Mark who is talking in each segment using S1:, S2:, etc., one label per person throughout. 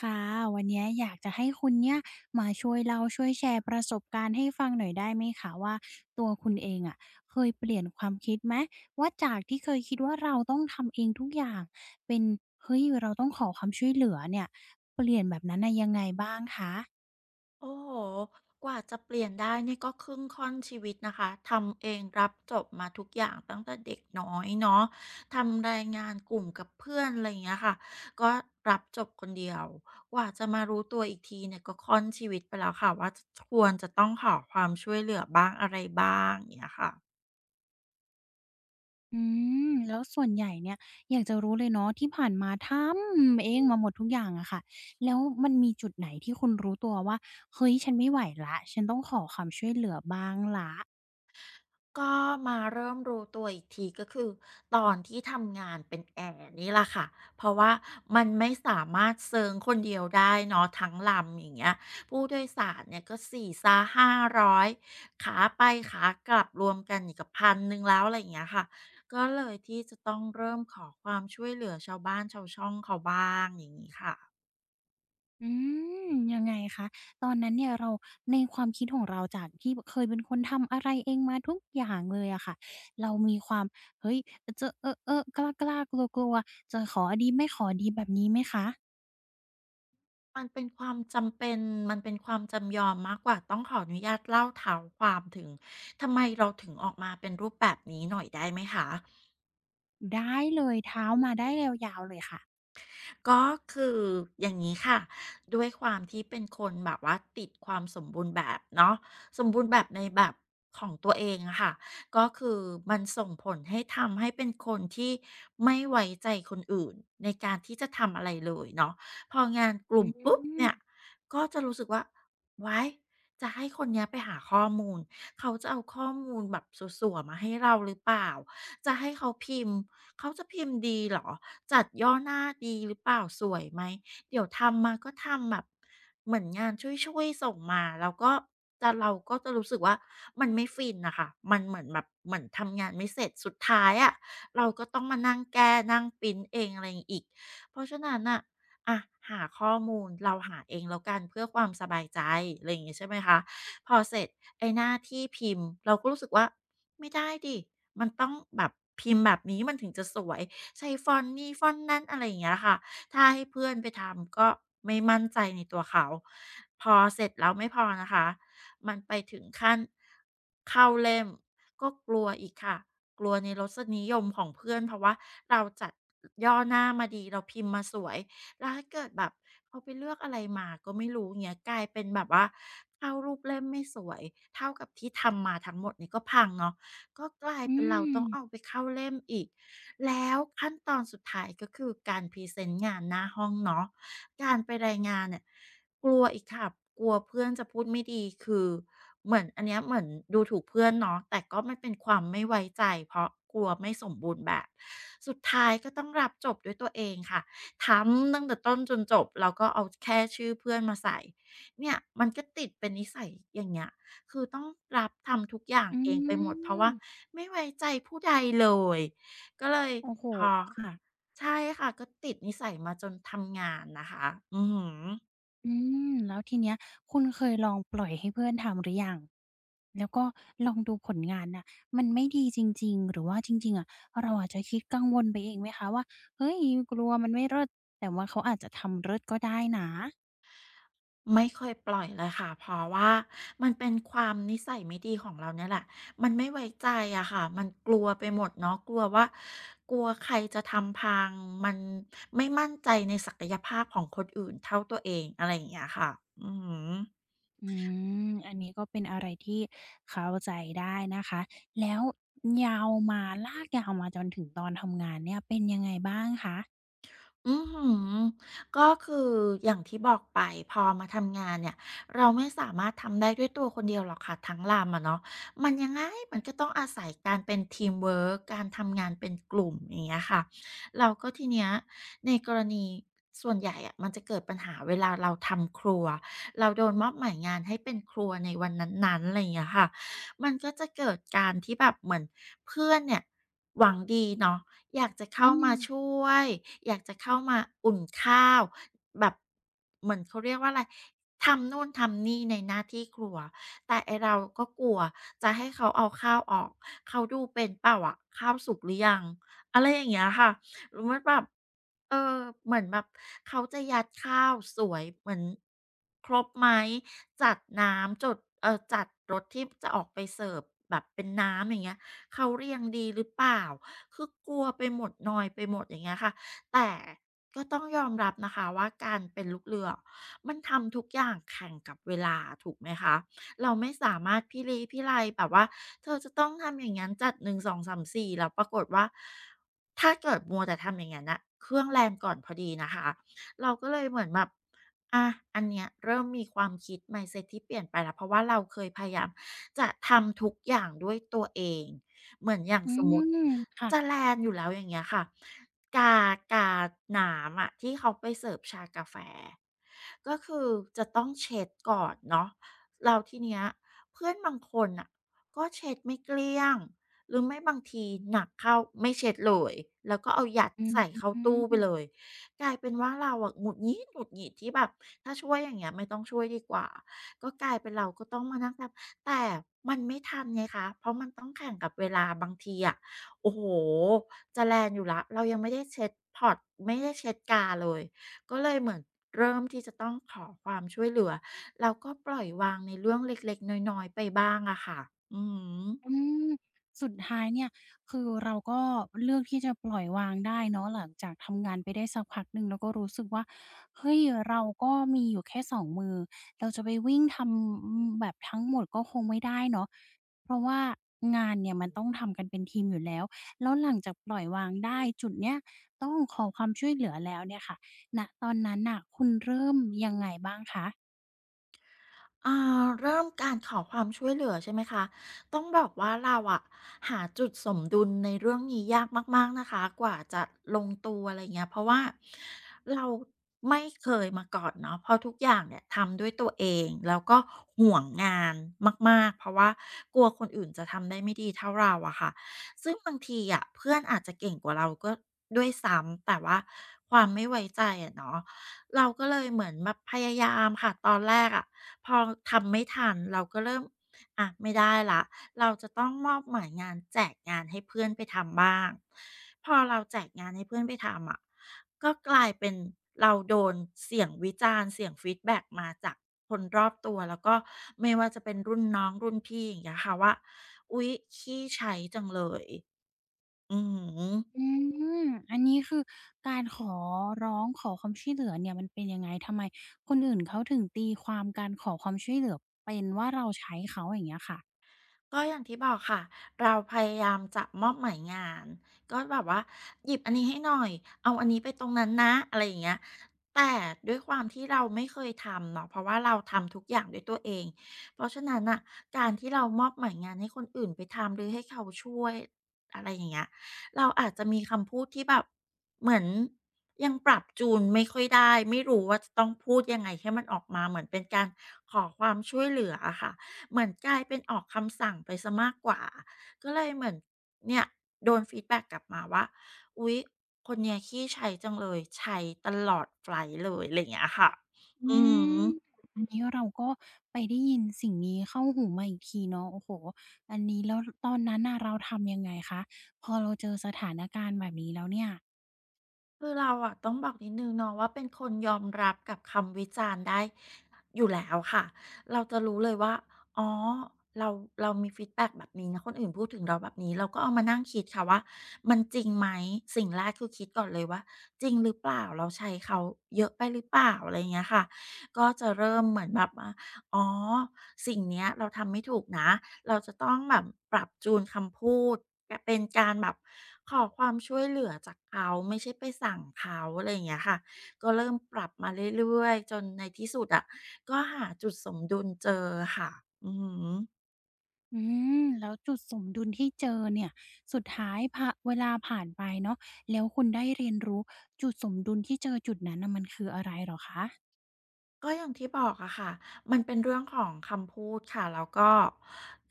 S1: ค่ะวันนี้อยากจะให้คุณเนี่ยมาช่วยเราช่วยแชร์ประสบการณ์ให้ฟังหน่อยได้ไหมคะว่าตัวคุณเองอะเคยเปลี่ยนความคิดไหมว่าจากที่เคยคิดว่าเราต้องทำเองทุกอย่างเป็นเฮ้ยเราต้องขอความช่วยเหลือเนี่ยเปลี่ยนแบบนั้นน่ะยังไงบ้างคะ
S2: โอ้โหกว่าจะเปลี่ยนได้นี่ก็ครึ่งค่อนชีวิตนะคะทำเองรับจบมาทุกอย่างตั้งแต่เด็กน้อยเนาะทำรายงานกลุ่มกับเพื่อนอะไรอย่างเงี้ยค่ะก็รับจบคนเดียวกว่าจะมารู้ตัวอีกทีเนี่ยก็ค่อนชีวิตไปแล้วค่ะว่าควรจะต้องขอความช่วยเหลือบ้างอะไรบ้างอย่างเงี้ยค่ะ
S1: อืมแล้วส่วนใหญ่เนี่ยอยากจะรู้เลยเนาะที่ผ่านมาทำเองมาหมดทุกอย่างอะค่ะแล้วมันมีจุดไหนที่คุณรู้ตัวว่าเฮ้ยฉันไม่ไหวแล้วฉันต้องขอความช่วยเหลือบ้างละ
S2: ก็มาเริ่มรู้ตัวอีกทีก็คือตอนที่ทำงานเป็นแอร์นี่แหละค่ะเพราะว่ามันไม่สามารถเซิงคนเดียวได้เนาะทั้งลำอย่างเงี้ยผู้โดยสารเนี่ยก็สีซาห้าร5 0 0ขาไปขากลับรวมกันนี่กบ1,100แล้วอะไรอย่างเงี้ยค่ะก็เลยที่จะต้องเริ่มขอความช่วยเหลือชาวบ้านชาวช่องเขาบ้างอย่างนี้ค่ะ
S1: อืมยังไงคะตอนนั้นเนี่ยเราในความคิดของเราจากที่เคยเป็นคนทำอะไรเองมาทุกอย่างเลยอะค่ะเรามีความเฮ้ยจะเออะๆกล้าๆกลัวๆจะขอดีไม่ขอดีแบบนี้ไหมคะ
S2: มันเป็นความจำเป็น มันเป็นความจำยอมมากกว่าต้องขออนุญาตเล่าเท้าความถึง ทำไมเราถึงออกมาเป็นรูปแบบนี้หน่อยได้ไหมคะ
S1: ได้เลยเท้ามาได้ยาวๆเลยค่ะ
S2: ก็คืออย่างนี้ค่ะด้วยความที่เป็นคนแบบว่าติดความสมบูรณ์แบบเนาะสมบูรณ์แบบในแบบของตัวเองอะค่ะก็คือมันส่งผลให้ทำให้เป็นคนที่ไม่ไว้ใจคนอื่นในการที่จะทำอะไรเลยเนาะพองานก
S1: อื
S2: ลุ่มปุ๊บเนี่ย
S1: ม
S2: ก็จะรู้สึกว่าไว้จะให้คนเนี้ยไปหาข้อมูลเขาจะเอาข้อมูลแบบสั่วๆมาให้เราหรือเปล่าจะให้เขาพิมพ์เขาจะพิมพ์ดีเหรอ จัดย่อหน้าดีหรือเปล่าสวยไหมเดี๋ยวทำมาก็ทำแบบเหมือนงานช่วยๆส่งมาแล้วก็แต่เราก็จะรู้สึกว่ามันไม่ฟินน่ะค่ะมันเหมือนแบบเหมือนทำงานไม่เสร็จสุดท้ายอะเราก็ต้องมานั่งแก้นั่งพรินต์เองอะไรอีกเพราะฉะนั้นน่ะอะหาข้อมูลเราหาเองแล้วกันเพื่อความสบายใจอะไรอย่างงี้ใช่ไหมคะพอเสร็จไอ้หน้าที่พิมพ์เราก็รู้สึกว่าไม่ได้ดิมันต้องแบบพิมพ์แบบนี้มันถึงจะสวย ใช้ฟอนต์นี้ฟอนต์นั้นอะไรอย่างเงี้ยค่ะ ถ้าให้เพื่อนไปทำก็ไม่มั่นใจในตัวเขา พอเสร็จแล้วไม่พอนะคะมันไปถึงขั้นเข้าเล่มก็กลัวอีกค่ะ กลัวในรสนิยมของเพื่อนเพราะว่าเราจัดย่อหน้ามาดีเราพิมพ์มาสวยแล้วถ้าเกิดแบบเขาไปเลือกอะไรมาก็ไม่รู้เงี้ยกลายเป็นแบบว่าเข้ารูปเล่มไม่สวยเท่ากับที่ทำมาทั้งหมดนี่ก็พังเนาะก็กลาย
S1: อื
S2: เป็นเรา
S1: ม
S2: ต้องเอาไปเข้าเล่มอีก แล้วขั้นตอนสุดท้ายก็คือการพรีเซนต์งานหน้าห้องเนาะการไปรายงานเนี่ยกลัวอีกค่ะกลัวเพื่อนจะพูดไม่ดีคือเหมือนอันเนี้ยเหมือนดูถูกเพื่อนเนาะแต่ก็มันเป็นความไม่ไว้ใจเพราะกลัวไม่สมบูรณ์แบบสุดท้ายก็ต้องรับจบด้วยตัวเองค่ะทำตั้งแต่ต้นจนจบแล้วก็เอาแค่ชื่อเพื่อนมาใส่เนี่ยมันก็ติดเป็นนิสัยอย่างเงี้ยคือต้องรับทำทุกอย่าง
S1: อื
S2: เองไปหมดเพราะ
S1: ม
S2: ว่าไม่ไว้ใจผู้ใดเลย ก็เลย
S1: โอ้โฮ
S2: พอ
S1: ค่ะ
S2: ใช่ค่ะก็ติดนิสัยมาจนทำงานนะคะอือหือ
S1: อืมแล้วทีเนี้ยคุณเคยลองปล่อยให้เพื่อนทำหรือยังแล้วก็ลองดูผลงานน่ะมันไม่ดีจริงๆหรือว่าจริงๆอะเราอาจจะคิดกังวลไปเองไหมคะว่าเฮ้ยกลัวมันไม่เลิศแต่ว่าเขาอาจจะทำเลิศก็ได้นะ
S2: ไม่เคยปล่อยเลยค่ะเพราะว่ามันเป็นความนิสัยไม่ดีของเราเนี่ยแหละมันไม่ไว้ใจอะค่ะมันกลัวไปหมดเนาะกลัวว่ากลัวใครจะทำพังมันไม่มั่นใจในศักยภาพของคนอื่นเท่าตัวเองอะไรอย่างเงี้ยค่ะอือหือ
S1: อืมอันนี้ก็เป็นอะไรที่เข้าใจได้นะคะแล้วยาวมาลากยาวมาจนถึงตอนทำงานเนี่ยเป็นยังไงบ้างคะ
S2: อือหือก็คืออย่างที่บอกไปพอมาทำงานเนี่ยเราไม่สามารถทำได้ด้วยตัวคนเดียวหรอกค่ะทั้งลำอะเนาะมันยังไงมันก็ต้องอาศัยการเป็นทีมเวิร์กการทำงานเป็นกลุ่มอย่างเงี้ยค่ะเราก็ทีเนี้ยในกรณีส่วนใหญ่อะมันจะเกิดปัญหาเวลาเราทำครัวเราโดนมอบหมายงานให้เป็นครัวในวันนั้นๆอะไรอย่างเงี้ยค่ะมันก็จะเกิดการที่แบบเหมือนเพื่อนเนี่ยหวังดีเนาะ อยากจะ
S1: อื
S2: เข้า
S1: ม
S2: มาช่วยอยากจะเข้ามาอุ่นข้าวแบบเหมือนเขาเรียกว่าอะไรทำนู่นทำนี่ในหน้าที่ครัวแต่ไอ้เราก็กลัวจะให้เขาเอาข้าวออกเขาดูเป็นเปล่าอะข้าวสุกหรือยังอะไรอย่างเงี้ยค่ะมันแบบเออเหมือนแบบเขาจะยัดข้าวสวยเหมือนครบไหมจัดน้ำจดจัดรสที่จะออกไปเสิร์ฟแบบเป็นน้ำอย่างเงี้ยเขาเรียงดีหรือเปล่า คือกลัวไปหมดนอยไปหมดอย่างเงี้ยค่ะแต่ก็ต้องยอมรับนะคะว่าการเป็นลูกเรือมันทำทุกอย่างแข่งกับเวลาถูกไหมคะเราไม่สามารถพิลี้พิไลแบบว่าเธอจะต้องทำอย่างนั้นจัดหนึ่งสองสามสี่แล้วปรากฏว่าถ้าเกิดมัวแต่ทำอย่างงั้นนะเครื่องแรงก่อนพอดีนะคะเราก็เลยเหมือนแบบอะอันเนี้ยเริ่มมีความคิด mindset ที่เปลี่ยนไปแล้วเพราะว่าเราเคยพยายามจะทำทุกอย่างด้วยตัวเอง เหมือนอย่าง
S1: อื
S2: สมมุติ
S1: มค่ะ
S2: จะแลนอยู่แล้วอย่างเงี้ยค่ะกากาหนามอะที่เขาไปเสิร์ฟชากาแฟก็คือจะต้องเช็ดก่อนเนาะเราทีเนี้ยเพื่อนบางคนอ่ะก็เช็ดไม่เกลี้ยงหรือไม่บางทีหนักเข้าไม่เช็ดเลยแล้วก็เอายัด
S1: อื
S2: ใส่เข้าตู้ไปเล
S1: ม
S2: ยกลายเป็นว่าเราอะหงุดหงิดที่แบบถ้าช่วยอย่างเงี้ยไม่ต้องช่วยดีกว่า ก็กลายเป็นเราก็ต้องมานั่งทำแต่มันไม่ทันไงคะ เพราะมันต้องแข่งกับเวลาบางทีอะโอ้โหจะแลนอยู่แล้วเรายังไม่ได้เช็ดพอร์ตไม่ได้เช็ดกาเลย ก็เลยเหมือนเริ่มที่จะต้องขอความช่วยเหลือแล้วก็ปล่อยวางในเรื่องเล็กๆน้อยๆไปบ้างอะค่ะ อืม
S1: อืมสุดท้ายเนี่ยคือเราก็เลือกที่จะปล่อยวางได้เนาะหลังจากทำงานไปได้สักพักหนึ่งแล้วก็รู้สึกว่าเฮ้ยเราก็มีอยู่แค่สองมือเราจะไปวิ่งทำแบบทั้งหมดก็คงไม่ได้เนาะเพราะว่างานเนี่ยมันต้องทำกันเป็นทีมอยู่แล้วแล้วหลังจากปล่อยวางได้จุดเนี้ยต้องขอความช่วยเหลือแล้วเนี่ยค่ะณตอนนั้นน่ะคุณเริ่มยังไงบ้างคะ
S2: อ่าเริ่มการขอความช่วยเหลือใช่ไหมคะต้องบอกว่าเราอะหาจุดสมดุลในเรื่องนี้ยากมากๆนะคะกว่าจะลงตัวอะไรเงี้ยเพราะว่าเราไม่เคยมาก่อนเนาะเพราะทุกอย่างเนี่ยทำด้วยตัวเองแล้วก็ห่วงงานมากๆเพราะว่ากลัวคนอื่นจะทำได้ไม่ดีเท่าเราอะค่ะซึ่งบางทีอะเพื่อนอาจจะเก่งกว่าเราก็ด้วยซ้ำแต่ว่าความไม่ไว้ใจอะเนาะเราก็เลยเหมือนแบบพยายามค่ะตอนแรกอะ พอทำไม่ทันเราก็เริ่มอะไม่ได้ละเราจะต้องมอบหมายงานแจกงานให้เพื่อนไปทำบ้างพอเราแจกงานให้เพื่อนไปทำอะก็กลายเป็นเราโดนเสียงวิจารณ์เสียงฟีดแบ็กมาจากคนรอบตัวแล้วก็ไม่ว่าจะเป็นรุ่นน้องรุ่นพี่อย่างเงี้ยค่ะว่าอุ๊ยขี้ใช้จังเลยอือฮึ
S1: อืมอันนี้คือการขอร้องขอความช่วยเหลือเนี่ยมันเป็นยังไงทำไมคนอื่นเขาถึงตีความการขอความช่วยเหลือเป็นว่าเราใช้เขาอย่างเงี้ยค่ะ
S2: ก็อย่างที่บอกค่ะเราพยายามจะมอบหมายงานก็แบบว่าหยิบอันนี้ให้หน่อยเอาอันนี้ไปตรงนั้นนะอะไรอย่างเงี้ยแต่ด้วยความที่เราไม่เคยทำเนาะเพราะว่าเราทำทุกอย่างด้วยตัวเองเพราะฉะนั้นน่ะการที่เรามอบหมายงานให้คนอื่นไปทำหรือให้เขาช่วยอะไรอย่างเงี้ยเราอาจจะมีคำพูดที่แบบเหมือนยังปรับจูนไม่ค่อยได้ไม่รู้ว่าจะต้องพูดยังไงให้มันออกมาเหมือนเป็นการขอความช่วยเหลืออะค่ะ เหมือนกลายเป็นออกคำสั่งไปซสมากกว่า ก็เลยเหมือนเนี่ยโดนฟีดแบ็กกลับมาว่า อุ๊ยคนเนี้ยขี้ใช้จังเลยใช้ตลอดไฟลต์เลยอะไรอย่างเงี้ยค่ะ
S1: อื
S2: อือ
S1: ม
S2: ฮึ
S1: อันนี้เราก็ไปได้ยินสิ่งนี้เข้าหูมาอีกทีเนาะโอ้โฮอันนี้แล้วตอนนั้นน่ะเราทำยังไงคะพอเราเจอสถานการณ์แบบนี้แล้วเนี่ย
S2: คือเราอะต้องบอกนิดนึงเนาะว่าเป็นคนยอมรับกับคำวิจารณ์ได้อยู่แล้วค่ะเราจะรู้เลยว่าอ๋อเราเรามีฟีดแบ็กแบบนี้นะคนอื่นพูดถึงเราแบบนี้เราก็เอามานั่งคิดค่ะว่ามันจริงไหมสิ่งแรกคือคิดก่อนเลยว่าจริงหรือเปล่าเราใช้เขาเยอะไปหรือเปล่าอะไรอย่างเงี้ยค่ะก็จะเริ่มเหมือนแบบว่าอ๋อ สิ่งเนี้ยเราทำไม่ถูกนะ เราจะต้องแบบปรับจูนคำพูด เป็นการแบบขอความช่วยเหลือจากเขาไม่ใช่ไปสั่งเขาอะไรอย่างเงี้ยค่ะ ก็เริ่มปรับมาเรื่อยๆจนในที่สุดอะก็หาจุดสมดุลเจอค่ะอือฮึ
S1: อืมแล้วจุดสมดุลที่เจอเนี่ยสุดท้ายพะเวลาผ่านไปเนาะแล้วคุณได้เรียนรู้จุดสมดุลที่เจอจุดนั้นน่ะมันคืออะไรเหรอคะ
S2: ก็อย่างที่บอกอะค่ะมันเป็นเรื่องของคำพูดค่ะ แล้วก็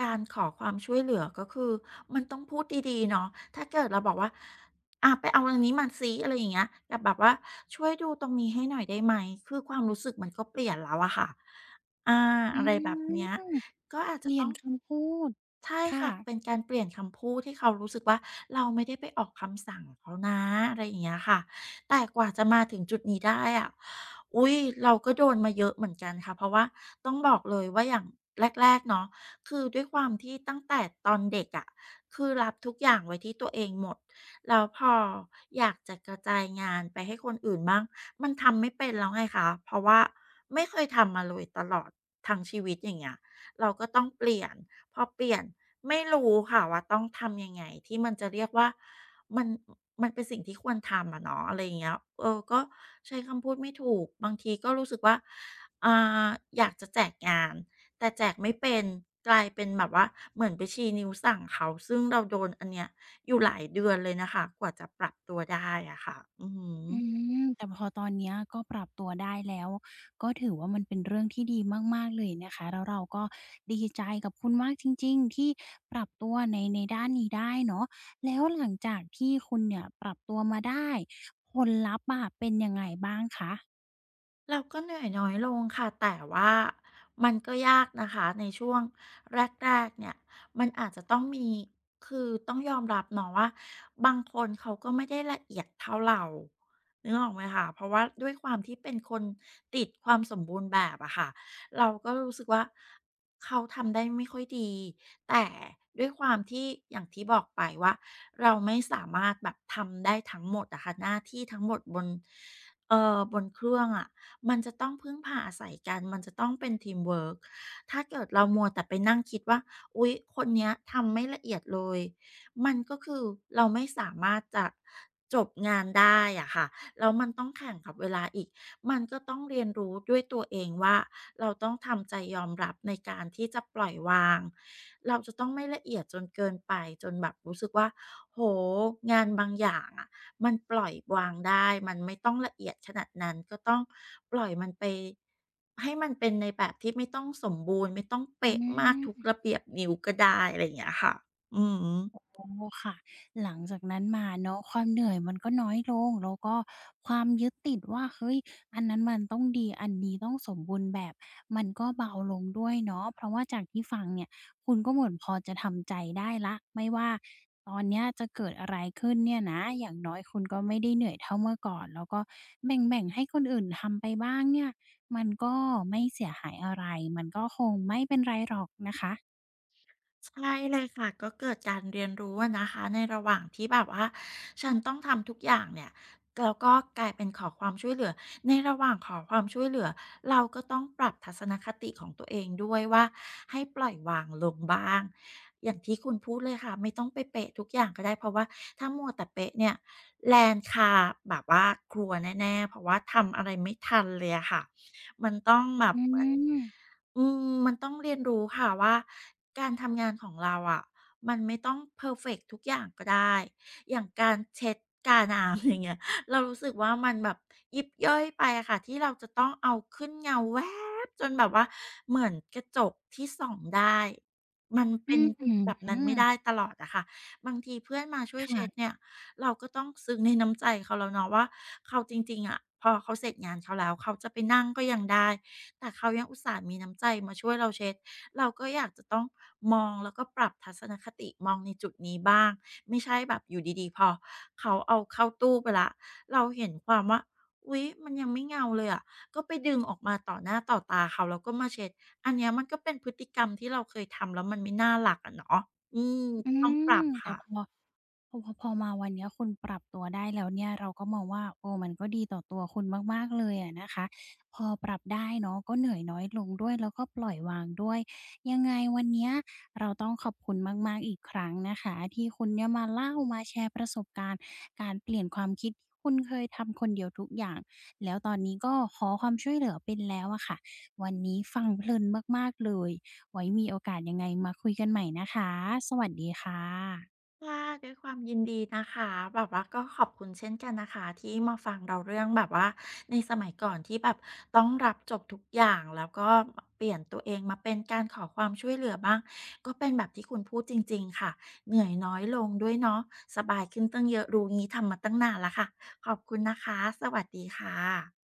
S2: การขอความช่วยเหลือก็คือมันต้องพูดดีๆเนาะถ้าเกิดเราบอกว่าอะไปเอาอันนี้มาซิอะไรอย่างเงี้ยกับแบบว่าช่วยดูตรงนี้ให้หน่อยได้ไหมคือความรู้สึกมันก็เปลี่ยนแล้วอะค่ะอา
S1: อื
S2: อะไรแบบเนี้ย
S1: ม
S2: ก็อาจ
S1: เป
S2: จะ
S1: ลี่ย
S2: ต้อ
S1: น
S2: ง
S1: คำพูด
S2: ใช่
S1: ค่ะ
S2: ค่ะ เป็นการเปลี่ยนคำพูดให้เขารู้สึกว่าเราไม่ได้ไปออกคำสั่งเขานะ อะไรอย่างเงี้ยค่ะ แต่กว่าจะมาถึงจุดนี้ได้อะอุ๊ยเราก็โดนมาเยอะเหมือนกันค่ะเพราะว่าต้องบอกเลยว่าอย่างแรกๆเนาะคือด้วยความที่ตั้งแต่ตอนเด็กอะคือรับทุกอย่างไว้ที่ตัวเองหมดแล้วพออยากจะกระจายงานไปให้คนอื่นบ้างมันทำไม่เป็นแล้วไงคะเพราะว่าไม่เคยทำมาเลยตลอดทั้งชีวิตอย่างเงี้ย เราก็ต้องเปลี่ยนพอเปลี่ยนไม่รู้ค่ะว่าต้องทำยังไงที่มันจะเรียกว่ามันมันเป็นสิ่งที่ควรทำอะเนาะอะไรอย่างเงี้ยเออก็ใช้คำพูดไม่ถูกบางทีก็รู้สึกว่าอ่าอยากจะแจกงานแต่แจกไม่เป็นกลายเป็นแบบว่าเหมือนไปชี้นิ้วสั่งเขาซึ่งเราโดนอันเนี้ยอยู่หลายเดือนเลยนะคะกว่าจะปรับตัวได้อะค่ะอือฮึ
S1: อืมแต่พอตอนเนี้ยก็ปรับตัวได้แล้วก็ถือว่ามันเป็นเรื่องที่ดีมากๆเลยนะคะแล้วเราก็ดีใจกับคุณมากจริงๆที่ปรับตัวในในด้านนี้ได้เนาะแล้วหลังจากที่คุณเนี่ยปรับตัวมาได้ผลลัพธ์อะเป็นยังไงบ้างคะ
S2: เราก็เหนื่อยน้อยลงค่ะแต่ว่ามันก็ยากนะคะในช่วงแรกๆเนี่ยมันอาจจะต้องมีคือต้องยอมรับเนาะว่าบางคนเขาก็ไม่ได้ละเอียดเท่าเรานึกออกไหมคะเพราะว่าด้วยความที่เป็นคนติดความสมบูรณ์แบบอะค่ะเราก็รู้สึกว่าเขาทำได้ไม่ค่อยดี แต่ด้วยความที่อย่างที่บอกไปว่าเราไม่สามารถแบบทำได้ทั้งหมดอะค่ะหน้าที่ทั้งหมดบนบนเครื่องอะมันจะต้องพึ่งพาอาศัยกันมันจะต้องเป็นทีมเวิร์กถ้าเกิดเรามัวแต่ไปนั่งคิดว่าอุ๊ยคนเนี้ยทำไม่ละเอียดเลยมันก็คือเราไม่สามารถจะจบงานได้อะค่ะแล้วมันต้องแข่งกับเวลาอีก มันก็ต้องเรียนรู้ด้วยตัวเองว่าเราต้องทำใจยอมรับในการที่จะปล่อยวาง เราจะต้องไม่ละเอียดจนเกินไปจนแบบรู้สึกว่าโอ้โฮงานบางอย่างอะมันปล่อยวางได้มันไม่ต้องละเอียดขนาดนั้นก็ต้องปล่อยมันไปให้มันเป็นในแบบที่ไม่ต้องสมบูรณ์ไม่ต้อง
S1: อื
S2: เป๊ะมากทุก
S1: ม
S2: ระเบียบนิ้วก็ได้อะไรอย่างเงี้ยค่ะอือฮึ
S1: โอ้ค่ะหลังจากนั้นมาเนาะความเหนื่อยมันก็น้อยลงแล้วก็ความยึดติดว่าเฮ้ยอันนั้นมันต้องดีอันนี้ต้องสมบูรณ์แบบมันก็เบาลงด้วยเนาะเพราะว่าจากที่ฟังเนี่ยคุณก็เหมือนพอจะทำใจได้แล้วไม่ว่าตอนเนี้ยจะเกิดอะไรขึ้นเนี่ยนะอย่างน้อยคุณก็ไม่ได้เหนื่อยเท่าเมื่อก่อนแล้วก็แบ่งๆให้คนอื่นทำไปบ้างเนี่ยมันก็ไม่เสียหายอะไรมันก็คงไม่เป็นไรหรอกนะคะ
S2: ใช่เลยค่ะก็เกิดการเรียนรู้อะนะคะในระหว่างที่แบบว่าฉันต้องทำทุกอย่างเนี่ยแล้วก็กลายเป็นขอความช่วยเหลือในระหว่างขอความช่วยเหลือเราก็ต้องปรับทัศนคติของตัวเองด้วยว่าให้ปล่อยวางลงบ้างอย่างที่คุณพูดเลยค่ะไม่ต้องไปเป๊ะทุกอย่างก็ได้เพราะว่าถ้ามัวแต่เป๊ะเนี่ยแลนด์คาแบบว่าครัวแน่ๆเพราะว่าทำอะไรไม่ทันเลยอะค่ะมันต้องแบบ
S1: อืม
S2: เหมือน อืมมันต้องเรียนรู้ค่ะว่าการทำงานของเราอะมันไม่ต้องเพอร์เฟกต์ทุกอย่างก็ได้อย่างการเช็ดกาน้ำ อย่างเงี้ยเรารู้สึกว่ามันแบบยิบย่อยไปอะค่ะที่เราจะต้องเอาขึ้นเงาแวบจนแบบว่าเหมือนกระจกที่ส่องได้มันเป็
S1: อื้
S2: น
S1: อ
S2: แบบ
S1: ฮื
S2: นั้น
S1: อ
S2: ไม่ได้ตลอดอะค่ะบางทีเพื่อนมาช่วยเช็ด
S1: ค่ะ
S2: เนี่ยเราก็ต้องซึ้งในน้ำใจเขาแล้วเนาะว่าเขาจริงๆอะพอเขาเสร็จงานเขาแล้วเขาจะไปนั่งก็ยังได้ แต่เขายังอุตส่าห์มีน้ำใจมาช่วยเราเช็ดเราก็อยากจะต้องมองแล้วก็ปรับทัศนคติมองในจุดนี้บ้างไม่ใช่แบบอยู่ดีๆพอเขาเอาเข้าตู้ไปแล้วเราเห็นความว่าอุ๊ยมันยังไม่เงาเลยอะก็ไปดึงออกมาต่อหน้าต่อตาเขาแล้วก็มาเช็ดอันเนี้ยมันก็เป็นพฤติกรรมที่เราเคยทำแล้วมันไม่น่ารักอะเนาะอืม
S1: อื
S2: ก็ต้องปรับ
S1: มแต่
S2: ค่ะ
S1: พอ พอมาวันเนี้ยคุณปรับตัวได้แล้วเนี่ยเราก็มองว่าโอ้มันก็ดีต่อตัวคุณมากๆเลยอะนะคะพอปรับได้เนาะก็เหนื่อยน้อยลงด้วยแล้วก็ปล่อยวางด้วยยังไงวันเนี้ยเราต้องขอบคุณมากๆอีกครั้งนะคะที่คุณเนี่ยมาเล่ามาแชร์ประสบการณ์การเปลี่ยนความคิดที่คุณเคยทำคนเดียวทุกอย่างแล้วตอนนี้ก็ขอความช่วยเหลือเป็นแล้วอะค่ะวันนี้ฟังเพลินมากๆเลยไว้มีโอกาสยังไงมาคุยกันใหม่นะคะสวัสดีค่ะ
S2: ค่ะด้วยความยินดีนะคะแบบว่าก็ขอบคุณเช่นกันนะคะที่มาฟังเราเรื่องแบบว่าในสมัยก่อนที่แบบต้องรับจบทุกอย่างแล้วก็เปลี่ยนตัวเองมาเป็นการขอความช่วยเหลือบ้างก็เป็นแบบที่คุณพูดจริงๆค่ะเหนื่อยน้อยลงด้วยเนาะสบายขึ้นตั้งเยอะรู้งี้ทำมาตั้งนานแล้วค่ะขอบคุณนะคะสวัสดีค่ะ